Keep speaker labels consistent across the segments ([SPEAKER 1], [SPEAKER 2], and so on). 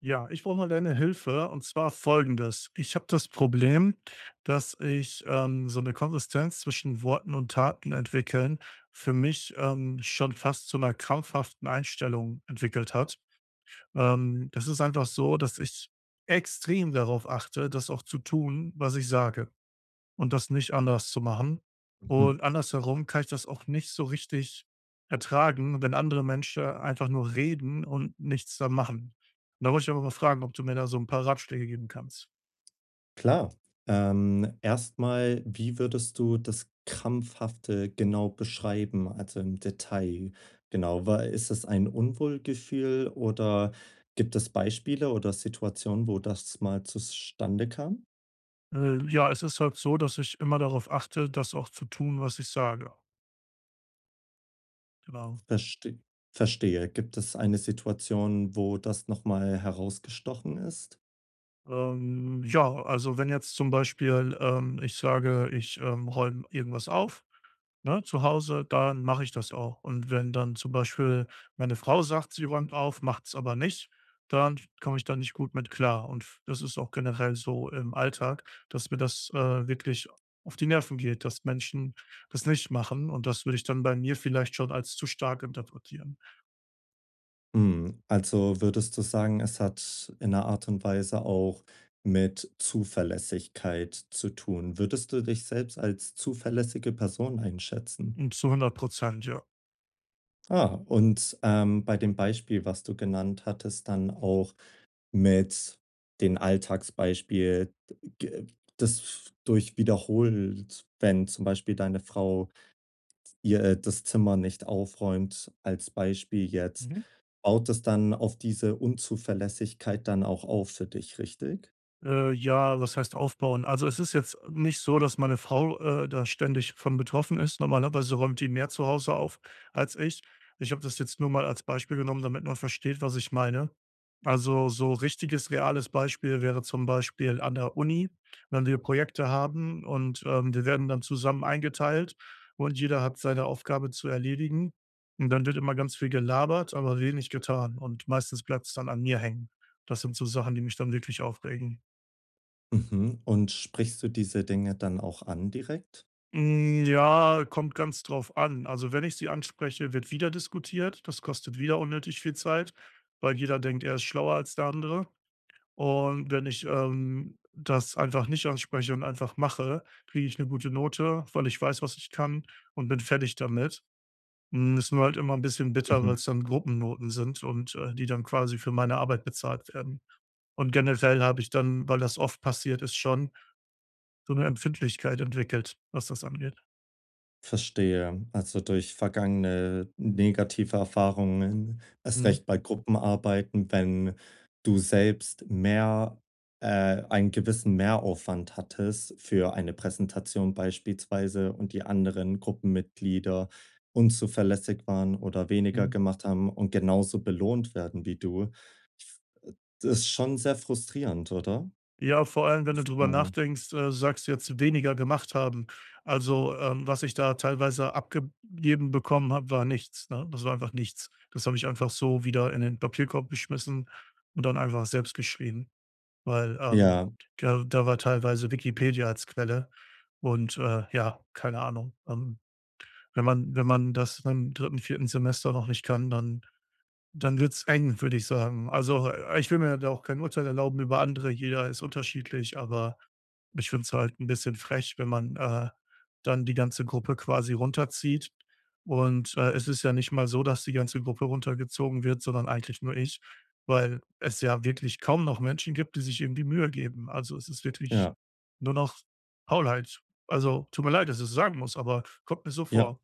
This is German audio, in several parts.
[SPEAKER 1] Ja, ich brauche mal deine Hilfe und zwar folgendes. Ich habe das Problem, dass ich so eine Konsistenz zwischen Worten und Taten entwickeln für mich schon fast zu einer krampfhaften Einstellung entwickelt hat. Das ist einfach so, dass ich extrem darauf achte, das auch zu tun, was ich sage und das nicht anders zu machen.
[SPEAKER 2] Mhm.
[SPEAKER 1] Und andersherum kann ich das auch nicht so richtig ertragen, wenn andere Menschen einfach nur reden und nichts da machen. Da wollte ich aber mal fragen, ob du mir da so ein paar Ratschläge geben kannst.
[SPEAKER 2] Klar. Erst wie würdest du das Krampfhafte genau beschreiben, also im Detail? Genau, wa ist es ein Unwohlgefühl oder gibt es Beispiele oder Situationen, wo das mal zustande kam?
[SPEAKER 1] Ja, es ist halt so, dass ich immer darauf achte, das auch zu tun, was ich sage. Genau.
[SPEAKER 2] Verste Verstehe. Gibt es eine Situation, wo das noch mal herausgestochen ist?
[SPEAKER 1] Ja, also, wenn jetzt zum Beispiel, ich sage, ich, räume irgendwas auf, ne, zu Hause, dann mache ich das auch. Und wenn dann zum Beispiel meine Frau sagt, sie räumt auf, macht es aber nicht, dann komme ich da nicht gut mit klar. Und f das ist auch generell so im Alltag, dass mir das, wirklich auf die Nerven geht, dass Menschen das nicht machen. Und das würde ich dann bei mir vielleicht schon als zu stark interpretieren.
[SPEAKER 2] Hm, also würdest du sagen, es hat in einer Art und Weise auch mit Zuverlässigkeit zu tun? Würdest du dich selbst als zuverlässige Person einschätzen?
[SPEAKER 1] Und zu 100%, ja.
[SPEAKER 2] Ah, und, bei dem Beispiel, was du genannt hattest, dann auch mit den Alltagsbeispiel, g das durch wiederholt, wenn zum Beispiel deine Frau ihr das Zimmer nicht aufräumt als Beispiel jetzt,
[SPEAKER 1] Mhm.
[SPEAKER 2] baut es dann auf diese Unzuverlässigkeit dann auch auf für dich, richtig?
[SPEAKER 1] Ja, was heißt aufbauen? Also, es ist jetzt nicht so, dass meine Frau, da ständig von betroffen ist. Normalerweise räumt die mehr zu Hause auf als ich. Ich habe das jetzt nur mal als Beispiel genommen, damit man versteht, was ich meine. Also, so richtiges, reales Beispiel wäre zum Beispiel an der Uni, wenn wir Projekte haben und, wir werden dann zusammen eingeteilt und jeder hat seine Aufgabe zu erledigen. Und dann wird immer ganz viel gelabert, aber wenig getan und meistens bleibt es dann an mir hängen. Das sind so Sachen, die mich dann wirklich aufregen.
[SPEAKER 2] Mhm. Und sprichst du diese Dinge dann auch an direkt?
[SPEAKER 1] Hm, ja, kommt ganz drauf an. Also, wenn ich sie anspreche, wird wieder diskutiert. Das kostet wieder unnötig viel Zeit, weil jeder denkt, er ist schlauer als der andere. Und wenn ich, das einfach nicht anspreche und einfach mache, kriege ich eine gute Note, weil ich weiß, was ich kann und bin fertig damit. Hm, ist nur halt immer ein bisschen bitter, weil
[SPEAKER 2] Mhm.
[SPEAKER 1] es dann Gruppennoten sind und, die dann quasi für meine Arbeit bezahlt werden. Und generell habe ich dann, weil das oft passiert ist schon, so eine Empfindlichkeit entwickelt, was das angeht.
[SPEAKER 2] Verstehe. Also durch vergangene negative Erfahrungen, erst
[SPEAKER 1] Mhm.
[SPEAKER 2] recht bei Gruppenarbeiten, wenn du selbst mehr einen gewissen Mehraufwand hattest für eine Präsentation beispielsweise und die anderen Gruppenmitglieder unzuverlässig waren oder weniger
[SPEAKER 1] Mhm.
[SPEAKER 2] gemacht haben und genauso belohnt werden wie du, das ist schon sehr frustrierend, oder?
[SPEAKER 1] Ja, vor allem, wenn du drüber
[SPEAKER 2] So.
[SPEAKER 1] nachdenkst, sagst du jetzt weniger gemacht haben. Also, was ich da teilweise abgegeben bekommen habe, war nichts, ne? Das war einfach nichts. Das habe ich einfach so wieder in den Papierkorb geschmissen und dann einfach selbst geschrieben, weil,
[SPEAKER 2] Ja,
[SPEAKER 1] da war teilweise Wikipedia als Quelle und, ja, keine Ahnung. Wenn man das im dritten, vierten Semester noch nicht kann, dann wird's eng, würde ich sagen. Also, ich will mir da auch kein Urteil erlauben über andere, jeder ist unterschiedlich, aber ich finde es halt ein bisschen frech, wenn man, dann die ganze Gruppe quasi runterzieht. Und, es ist ja nicht mal so, dass die ganze Gruppe runtergezogen wird, sondern eigentlich nur ich, weil es ja wirklich kaum noch Menschen gibt, die sich eben die Mühe geben. Also, es ist wirklich
[SPEAKER 2] ja,
[SPEAKER 1] nur noch Faulheit. Also, tut mir leid, dass ich's sagen muss, aber kommt mir so
[SPEAKER 2] ja.
[SPEAKER 1] vor.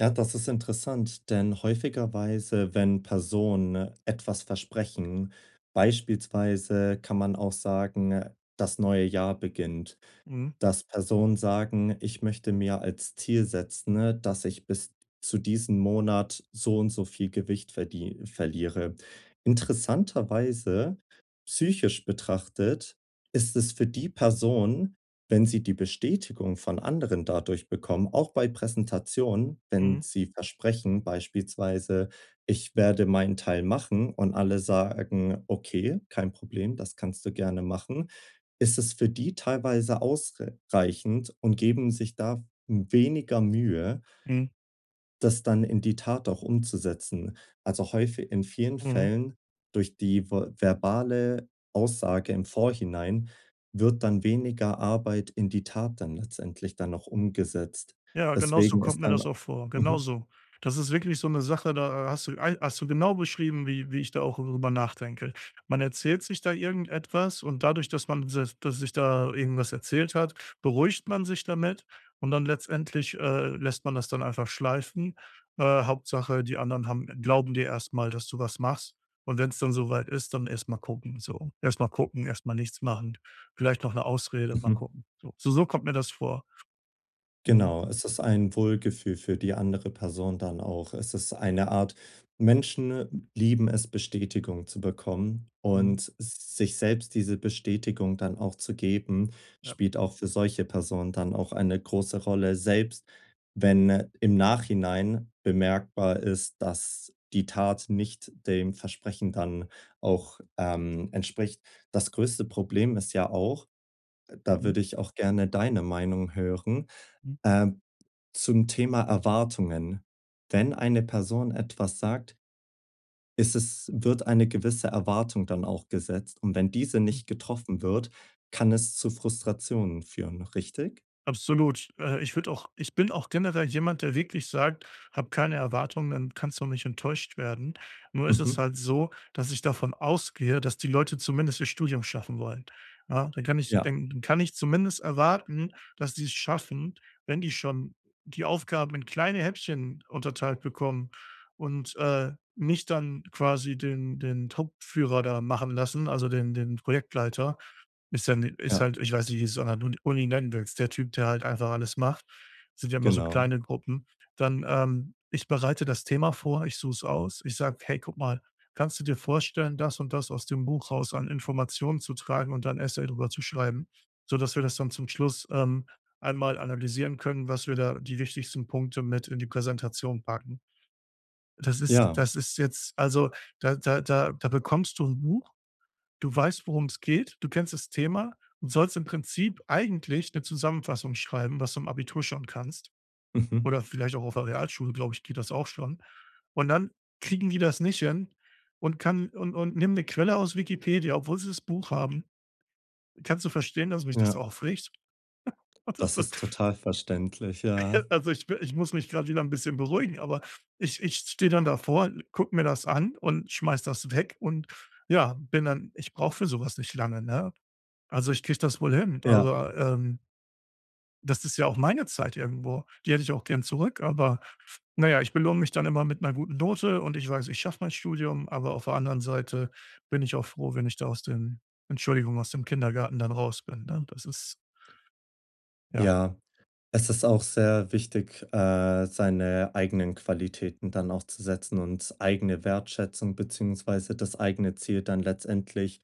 [SPEAKER 2] Ja, das ist interessant, denn häufigerweise, wenn Personen etwas versprechen beispielsweise, kann man auch sagen: „Das neue Jahr beginnt.“
[SPEAKER 1] Mhm,
[SPEAKER 2] Dass Personen sagen: „Ich möchte mir als Ziel setzen, ne, dass ich bis zu diesem Monat so und so viel Gewicht verdie verliere.“ Interessanterweise, psychisch betrachtet, ist es für die Person, wenn sie die Bestätigung von anderen dadurch bekommen, auch bei Präsentationen, wenn
[SPEAKER 1] mhm,
[SPEAKER 2] sie versprechen beispielsweise: „Ich werde meinen Teil machen“ und alle sagen: „Okay, kein Problem, das kannst du gerne machen.“, ist es für die teilweise ausreichend und geben sich da weniger Mühe,
[SPEAKER 1] mhm,
[SPEAKER 2] das dann in die Tat auch umzusetzen. Also häufig in vielen
[SPEAKER 1] mhm.
[SPEAKER 2] Fällen durch die verbale Aussage im Vorhinein wird dann weniger Arbeit in die Tat dann letztendlich dann noch umgesetzt.
[SPEAKER 1] Ja, genau so
[SPEAKER 2] Deswegen ist
[SPEAKER 1] kommt mir
[SPEAKER 2] dann
[SPEAKER 1] das auch vor. Genau
[SPEAKER 2] Mhm.
[SPEAKER 1] so. Das ist wirklich so eine Sache, da hast du ei hast du genau beschrieben, wie wie ich da auch drüber nachdenke. Man erzählt sich da irgendetwas und dadurch, dass sich da irgendwas erzählt hat, beruhigt man sich damit und dann letztendlich, lässt man das dann einfach schleifen. Hauptsache, die anderen haben glauben dir erstmal, dass du was machst. Und wenn es dann soweit ist, dann erst mal gucken, so. Erst mal gucken, erst mal nichts machen. Vielleicht noch eine Ausrede, mal
[SPEAKER 2] Mhm.
[SPEAKER 1] gucken. So kommt mir das vor. Mhm,
[SPEAKER 2] Genau, es ist ein Wohlgefühl für die andere Person dann auch. Es ist eine Art, Menschen lieben es, Bestätigung zu bekommen
[SPEAKER 1] mhm,
[SPEAKER 2] und sich selbst diese Bestätigung dann auch zu geben,
[SPEAKER 1] ja.
[SPEAKER 2] spielt auch für solche Personen dann auch eine große Rolle, selbst wenn im Nachhinein bemerkbar ist, dass die Tat nicht dem Versprechen dann auch entspricht. Das größte Problem ist ja auch, da
[SPEAKER 1] Mhm,
[SPEAKER 2] würde ich auch gerne deine Meinung hören,
[SPEAKER 1] mhm,
[SPEAKER 2] ähm, zum Thema Erwartungen. Wenn eine Person etwas sagt, ist es wird eine gewisse Erwartung dann auch gesetzt, und wenn diese
[SPEAKER 1] mhm.
[SPEAKER 2] nicht getroffen wird, kann es zu Frustrationen führen, richtig?
[SPEAKER 1] Absolut. Ich bin auch generell jemand, der wirklich sagt: „Hab keine Erwartungen, dann kannst du nicht enttäuscht werden.“ Nur ist es
[SPEAKER 2] Mhm.
[SPEAKER 1] halt so, dass ich davon ausgehe, dass die Leute zumindest ihr Studium schaffen wollen. Ja, dann kann ich
[SPEAKER 2] Ja,
[SPEAKER 1] dann dann kann ich zumindest erwarten, dass die es schaffen, wenn die schon die Aufgaben in kleine Häppchen unterteilt bekommen und, nicht dann quasi den Hauptführer da machen lassen, also den Projektleiter. Ist dann
[SPEAKER 2] ja,
[SPEAKER 1] ist halt, ich weiß nicht, wie du's an der Uni nennen willst, der Typ, der halt einfach alles macht. Sind ja immer so
[SPEAKER 2] genau.
[SPEAKER 1] kleine Gruppen. Dann, ich bereite das Thema vor, ich suche es aus. Ich sage: „Hey, guck mal, kannst du dir vorstellen, das und das aus dem Buch raus an Informationen zu tragen und dann 'n Essay drüber zu schreiben?“ Sodass wir das dann zum Schluss, einmal analysieren können, was wir da die wichtigsten Punkte mit in die Präsentation packen. Das ist
[SPEAKER 2] Ja,
[SPEAKER 1] das ist jetzt also, da bekommst du ein Buch. Du weißt, worum es geht, du kennst das Thema und sollst im Prinzip eigentlich eine Zusammenfassung schreiben, was du im Abitur schon kannst
[SPEAKER 2] mhm,
[SPEAKER 1] oder vielleicht auch auf der Realschule, glaube ich, geht das auch schon. Und dann kriegen die das nicht hin und kann und nehmen eine Quelle aus Wikipedia, obwohl sie das Buch haben. Kannst du verstehen, dass mich das
[SPEAKER 2] ja.
[SPEAKER 1] aufregt? Das
[SPEAKER 2] Das
[SPEAKER 1] ist
[SPEAKER 2] ist total verständlich, ja.
[SPEAKER 1] also, ich muss mich gerade wieder ein bisschen beruhigen, aber ich stehe dann davor, guck mir das an und schmeiß das weg und ja, bin dann ich brauche für sowas nicht lange, ne? Also, ich kriege das wohl hin,
[SPEAKER 2] Ja,
[SPEAKER 1] aber, das ist ja auch meine Zeit irgendwo. Die hätte ich auch gern zurück, aber naja, ich belohne mich dann immer mit einer guten Note und ich weiß, ich schaffe mein Studium, aber auf der anderen Seite bin ich auch froh, wenn ich da aus dem Entschuldigung, aus dem Kindergarten dann raus bin, ne? Das ist ja,
[SPEAKER 2] ja. Es ist auch sehr wichtig, seine eigenen Qualitäten dann auch zu setzen und eigene Wertschätzung beziehungsweise das eigene Ziel dann letztendlich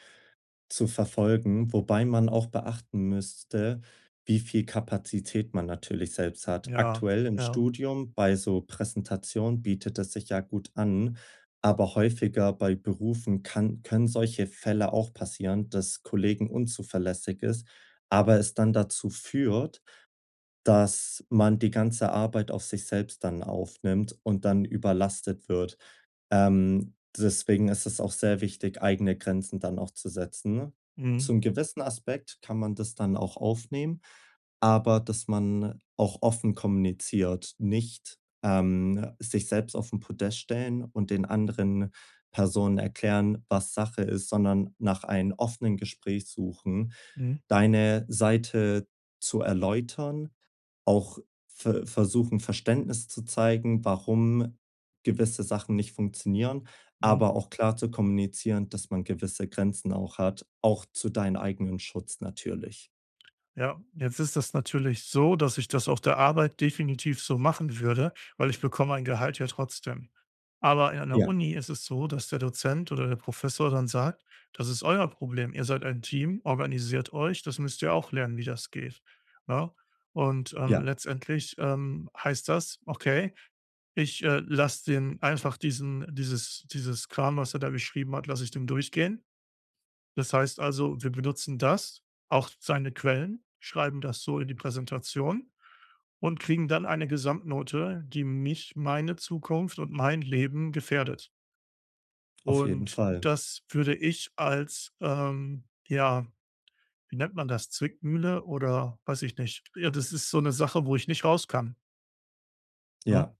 [SPEAKER 2] zu verfolgen, wobei man auch beachten müsste, wie viel Kapazität man natürlich selbst hat.
[SPEAKER 1] ja,
[SPEAKER 2] Aktuell im
[SPEAKER 1] ja.
[SPEAKER 2] Studium bei so Präsentationen bietet es sich ja gut an, aber häufiger bei Berufen kann können solche Fälle auch passieren, dass Kollegen unzuverlässig ist, aber es dann dazu führt, dass man die ganze Arbeit auf sich selbst dann aufnimmt und dann überlastet wird. Deswegen ist es auch sehr wichtig, eigene Grenzen dann auch zu setzen.
[SPEAKER 1] Mhm,
[SPEAKER 2] Zum gewissen Aspekt kann man das dann auch aufnehmen, aber dass man auch offen kommuniziert, nicht, sich selbst auf 'n Podest stellen und den anderen Personen erklären, was Sache ist, sondern nach einem offenen Gespräch suchen,
[SPEAKER 1] mhm,
[SPEAKER 2] deine Seite zu erläutern, auch versuchen, Verständnis zu zeigen, warum gewisse Sachen nicht funktionieren,
[SPEAKER 1] mhm.
[SPEAKER 2] aber auch klar zu kommunizieren, dass man gewisse Grenzen auch hat, auch zu deinen eigenen Schutz natürlich.
[SPEAKER 1] Ja, jetzt ist das natürlich so, dass ich das auf der Arbeit definitiv so machen würde, weil ich bekomme ein Gehalt ja trotzdem. Aber in einer
[SPEAKER 2] Ja,
[SPEAKER 1] Uni ist es so, dass der Dozent oder der Professor dann sagt, das ist euer Problem, ihr seid ein Team, organisiert euch, das müsst ihr auch lernen, wie das geht. Ja, und
[SPEAKER 2] ja,
[SPEAKER 1] letztendlich heißt das, okay, ich lasse den einfach dieses Kram, was er da beschrieben hat, lasse ich dem durchgehen, das heißt also, wir benutzen das, auch seine Quellen, schreiben das so in die Präsentation und kriegen dann eine Gesamtnote, die mich, meine Zukunft und mein Leben gefährdet.
[SPEAKER 2] auf jeden
[SPEAKER 1] Und
[SPEAKER 2] Fall.
[SPEAKER 1] das würde ich als, ja, wie nennt man das, Zwickmühle oder weiß ich nicht. Ja, das ist so eine Sache, wo ich nicht raus kann, ne?
[SPEAKER 2] Ja,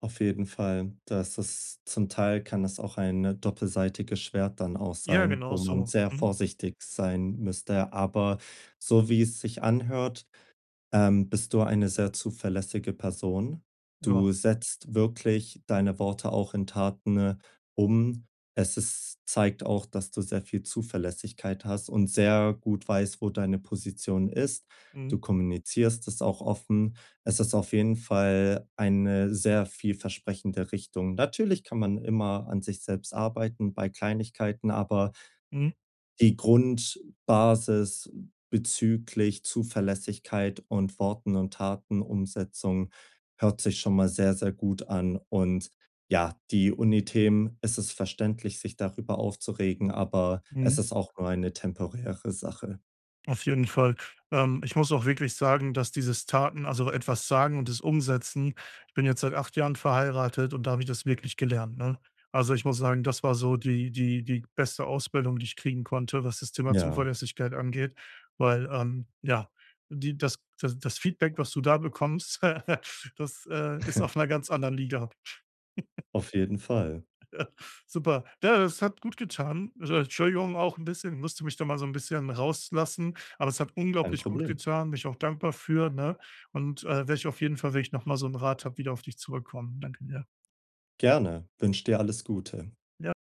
[SPEAKER 2] auf jeden Fall. Das ist zum Teil, kann das auch ein doppelseitiges Schwert dann auch
[SPEAKER 1] Ja,
[SPEAKER 2] sein,
[SPEAKER 1] genau
[SPEAKER 2] wo man
[SPEAKER 1] so.
[SPEAKER 2] sehr
[SPEAKER 1] Mhm.
[SPEAKER 2] vorsichtig sein müsste. Aber so wie es sich anhört, bist du eine sehr zuverlässige Person?
[SPEAKER 1] Ja.
[SPEAKER 2] Du setzt wirklich deine Worte auch in Taten, um. Es ist zeigt auch, dass du sehr viel Zuverlässigkeit hast und sehr gut weißt, wo deine Position ist. Du
[SPEAKER 1] Mhm.
[SPEAKER 2] kommunizierst es auch offen. Es ist auf jeden Fall eine sehr vielversprechende Richtung. Natürlich kann man immer an sich selbst arbeiten bei Kleinigkeiten, aber
[SPEAKER 1] Mhm.
[SPEAKER 2] die Grundbasis bezüglich Zuverlässigkeit und Worten und Tatenumsetzung hört sich schon mal sehr, sehr gut an. Und ja, die Unithemen, es ist verständlich, sich darüber aufzuregen, aber es
[SPEAKER 1] Mhm.
[SPEAKER 2] ist auch nur eine temporäre Sache.
[SPEAKER 1] Auf jeden Fall. Ich muss auch wirklich sagen, dass dieses Taten, also etwas sagen und es umsetzen, ich bin jetzt seit 8 Jahren verheiratet und da habe ich das wirklich gelernt, ne? Also, ich muss sagen, das war so die beste Ausbildung, die ich kriegen konnte, was das Thema
[SPEAKER 2] Ja,
[SPEAKER 1] Zuverlässigkeit angeht, weil, ja, die das Feedback, was du da bekommst, das, ist auf einer ganz anderen Liga.
[SPEAKER 2] auf jeden Fall.
[SPEAKER 1] Super. Ja, das hat gut getan. Also, Entschuldigung auch ein bisschen. Ich musste mich da mal so ein bisschen rauslassen, aber es hat
[SPEAKER 2] Kein
[SPEAKER 1] unglaublich gut
[SPEAKER 2] Problem.
[SPEAKER 1] getan, bin ich auch dankbar für, ne? Und, werde ich auf jeden Fall, wenn ich noch mal so einen Rat habe, wieder auf dich zurückkommen. Danke dir.
[SPEAKER 2] Gerne. Wünsche dir alles Gute.
[SPEAKER 1] Ja.